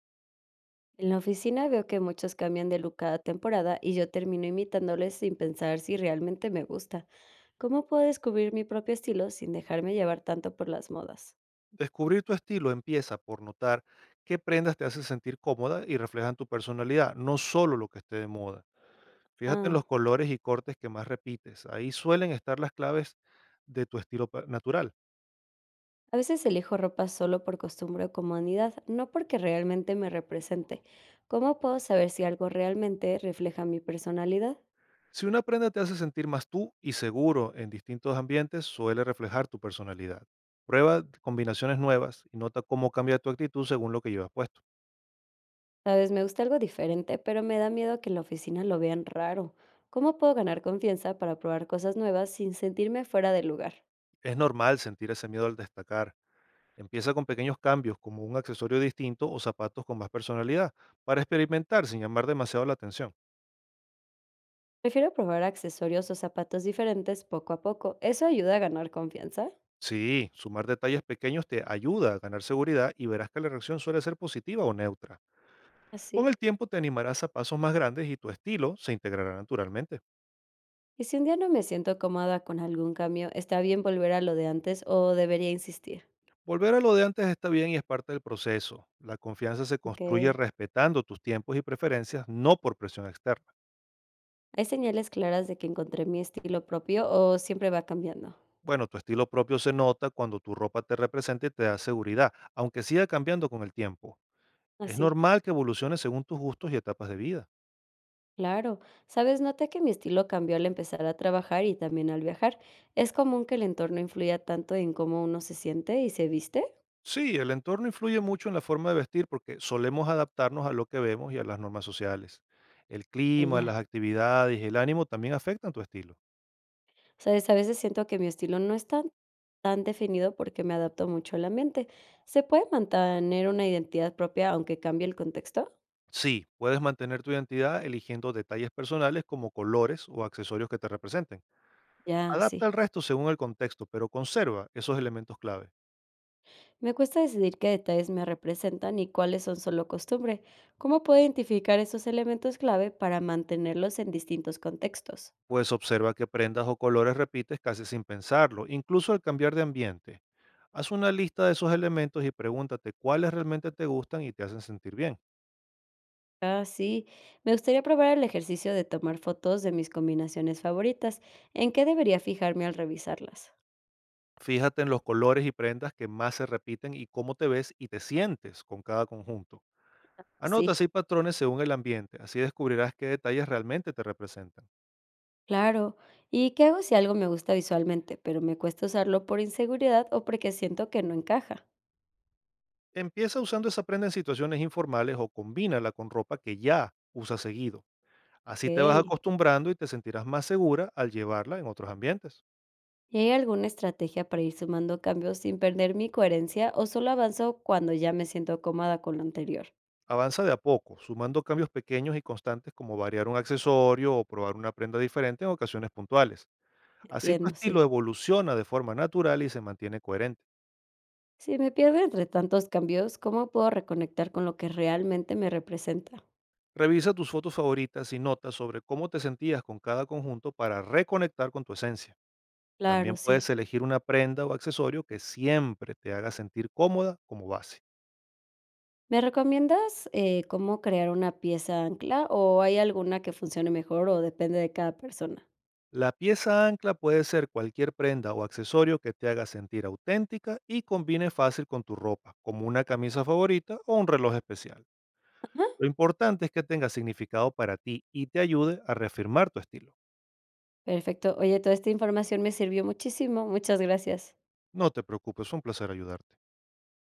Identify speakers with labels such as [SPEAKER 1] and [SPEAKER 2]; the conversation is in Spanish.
[SPEAKER 1] En la oficina veo que muchos cambian de look cada temporada y yo termino imitándoles sin pensar si realmente me gusta. ¿Cómo puedo descubrir mi propio estilo sin dejarme llevar tanto por las modas?
[SPEAKER 2] Descubrir tu estilo empieza por notar qué prendas te hacen sentir cómoda y reflejan tu personalidad, no solo lo que esté de moda. Fíjate en
[SPEAKER 1] Ah,
[SPEAKER 2] los colores y cortes que más repites. Ahí suelen estar las claves de tu estilo natural.
[SPEAKER 1] a veces elijo ropa solo por costumbre o comodidad, no porque realmente me represente. ¿Cómo puedo saber si algo realmente refleja mi personalidad?
[SPEAKER 2] Si una prenda te hace sentir más tú y seguro en distintos ambientes, suele reflejar tu personalidad. Prueba combinaciones nuevas y nota cómo cambia tu actitud según lo que llevas puesto.
[SPEAKER 1] Sabes, me gusta algo diferente, pero me da miedo que en la oficina lo vean raro. ¿Cómo puedo ganar confianza para probar cosas nuevas sin sentirme fuera de lugar?
[SPEAKER 2] Es normal sentir ese miedo al destacar. Empieza con pequeños cambios, como un accesorio distinto o zapatos con más personalidad, para experimentar sin llamar demasiado la atención.
[SPEAKER 1] Prefiero probar accesorios o zapatos diferentes poco a poco. Eso ayuda a ganar confianza.
[SPEAKER 2] Sí, sumar detalles pequeños te ayuda a ganar seguridad, y verás que la reacción suele ser positiva o neutra. Con el
[SPEAKER 1] Así.
[SPEAKER 2] tiempo te animarás a pasos más grandes y tu estilo se integrará naturalmente.
[SPEAKER 1] Y si un día no me siento cómoda con algún cambio, ¿está bien volver a lo de antes o debería insistir?
[SPEAKER 2] Volver a lo de antes está bien y es parte del proceso. La confianza se
[SPEAKER 1] Ok.
[SPEAKER 2] construye respetando tus tiempos y preferencias, no por presión externa.
[SPEAKER 1] ¿Hay señales claras de que encontré mi estilo propio o siempre va cambiando?
[SPEAKER 2] Bueno, tu estilo propio se nota cuando tu ropa te representa y te da seguridad, aunque siga cambiando con el tiempo. Es
[SPEAKER 1] Así.
[SPEAKER 2] normal que evolucione según tus gustos y etapas de vida.
[SPEAKER 1] Claro. Sabes, noté que mi estilo cambió al empezar a trabajar y también al viajar. Es común que el entorno influya tanto en cómo uno se siente y se viste.
[SPEAKER 2] Sí, el entorno influye mucho en la forma de vestir porque solemos adaptarnos a lo que vemos y a las normas sociales. El clima,
[SPEAKER 1] Ya.
[SPEAKER 2] las actividades y el ánimo también afectan tu estilo.
[SPEAKER 1] Sabes, a veces siento que mi estilo no es tan definido porque me adapto mucho al ambiente. ¿Se puede mantener una identidad propia aunque cambie el contexto?
[SPEAKER 2] Sí, puedes mantener tu identidad eligiendo detalles personales como colores o accesorios que te representen.
[SPEAKER 1] Ya,
[SPEAKER 2] Adapta el
[SPEAKER 1] sí.
[SPEAKER 2] resto según el contexto, pero conserva esos elementos clave.
[SPEAKER 1] Me cuesta decidir qué detalles me representan y cuáles son solo costumbre. ¿Cómo puedo identificar esos elementos clave para mantenerlos en distintos contextos?
[SPEAKER 2] Pues observa qué prendas o colores repites casi sin pensarlo, incluso al cambiar de ambiente. Haz una lista de esos elementos y pregúntate cuáles realmente te gustan y te hacen sentir bien.
[SPEAKER 1] Ah, sí. Me gustaría probar el ejercicio de tomar fotos de mis combinaciones favoritas. ¿En qué debería fijarme al revisarlas?
[SPEAKER 2] Fíjate en los colores y prendas que más se repiten y cómo te ves y te sientes con cada conjunto. Anota
[SPEAKER 1] Sí.
[SPEAKER 2] así patrones según el ambiente; así descubrirás qué detalles realmente te representan.
[SPEAKER 1] Claro. ¿Y qué hago si algo me gusta visualmente, pero me cuesta usarlo por inseguridad o porque siento que no encaja?
[SPEAKER 2] Empieza usando esa prenda en situaciones informales o combínala con ropa que ya usas seguido. Así te vas
[SPEAKER 1] Ok.
[SPEAKER 2] acostumbrando y te sentirás más segura al llevarla en otros ambientes.
[SPEAKER 1] ¿Y hay alguna estrategia para ir sumando cambios sin perder mi coherencia o solo avanzo cuando ya me siento cómoda con lo anterior?
[SPEAKER 2] Avanza de a poco, sumando cambios pequeños y constantes, como variar un accesorio o probar una prenda diferente en ocasiones puntuales. Así tu
[SPEAKER 1] Entiendo,
[SPEAKER 2] estilo
[SPEAKER 1] sí.
[SPEAKER 2] evoluciona de forma natural y se mantiene coherente.
[SPEAKER 1] Si me pierdo entre tantos cambios, ¿cómo puedo reconectar con lo que realmente me representa?
[SPEAKER 2] Revisa tus fotos favoritas y notas sobre cómo te sentías con cada conjunto para reconectar con tu esencia.
[SPEAKER 1] Claro,
[SPEAKER 2] También
[SPEAKER 1] sí.
[SPEAKER 2] puedes elegir una prenda o accesorio que siempre te haga sentir cómoda como base.
[SPEAKER 1] ¿Me recomiendas cómo crear una pieza ancla o hay alguna que funcione mejor o depende de cada persona?
[SPEAKER 2] La pieza ancla puede ser cualquier prenda o accesorio que te haga sentir auténtica y combine fácil con tu ropa, como una camisa favorita o un reloj especial. Lo importante es que tenga significado para ti y te ayude a reafirmar tu estilo.
[SPEAKER 1] Perfecto. Oye, toda esta información me sirvió muchísimo. Muchas gracias.
[SPEAKER 2] No te preocupes, fue un placer ayudarte.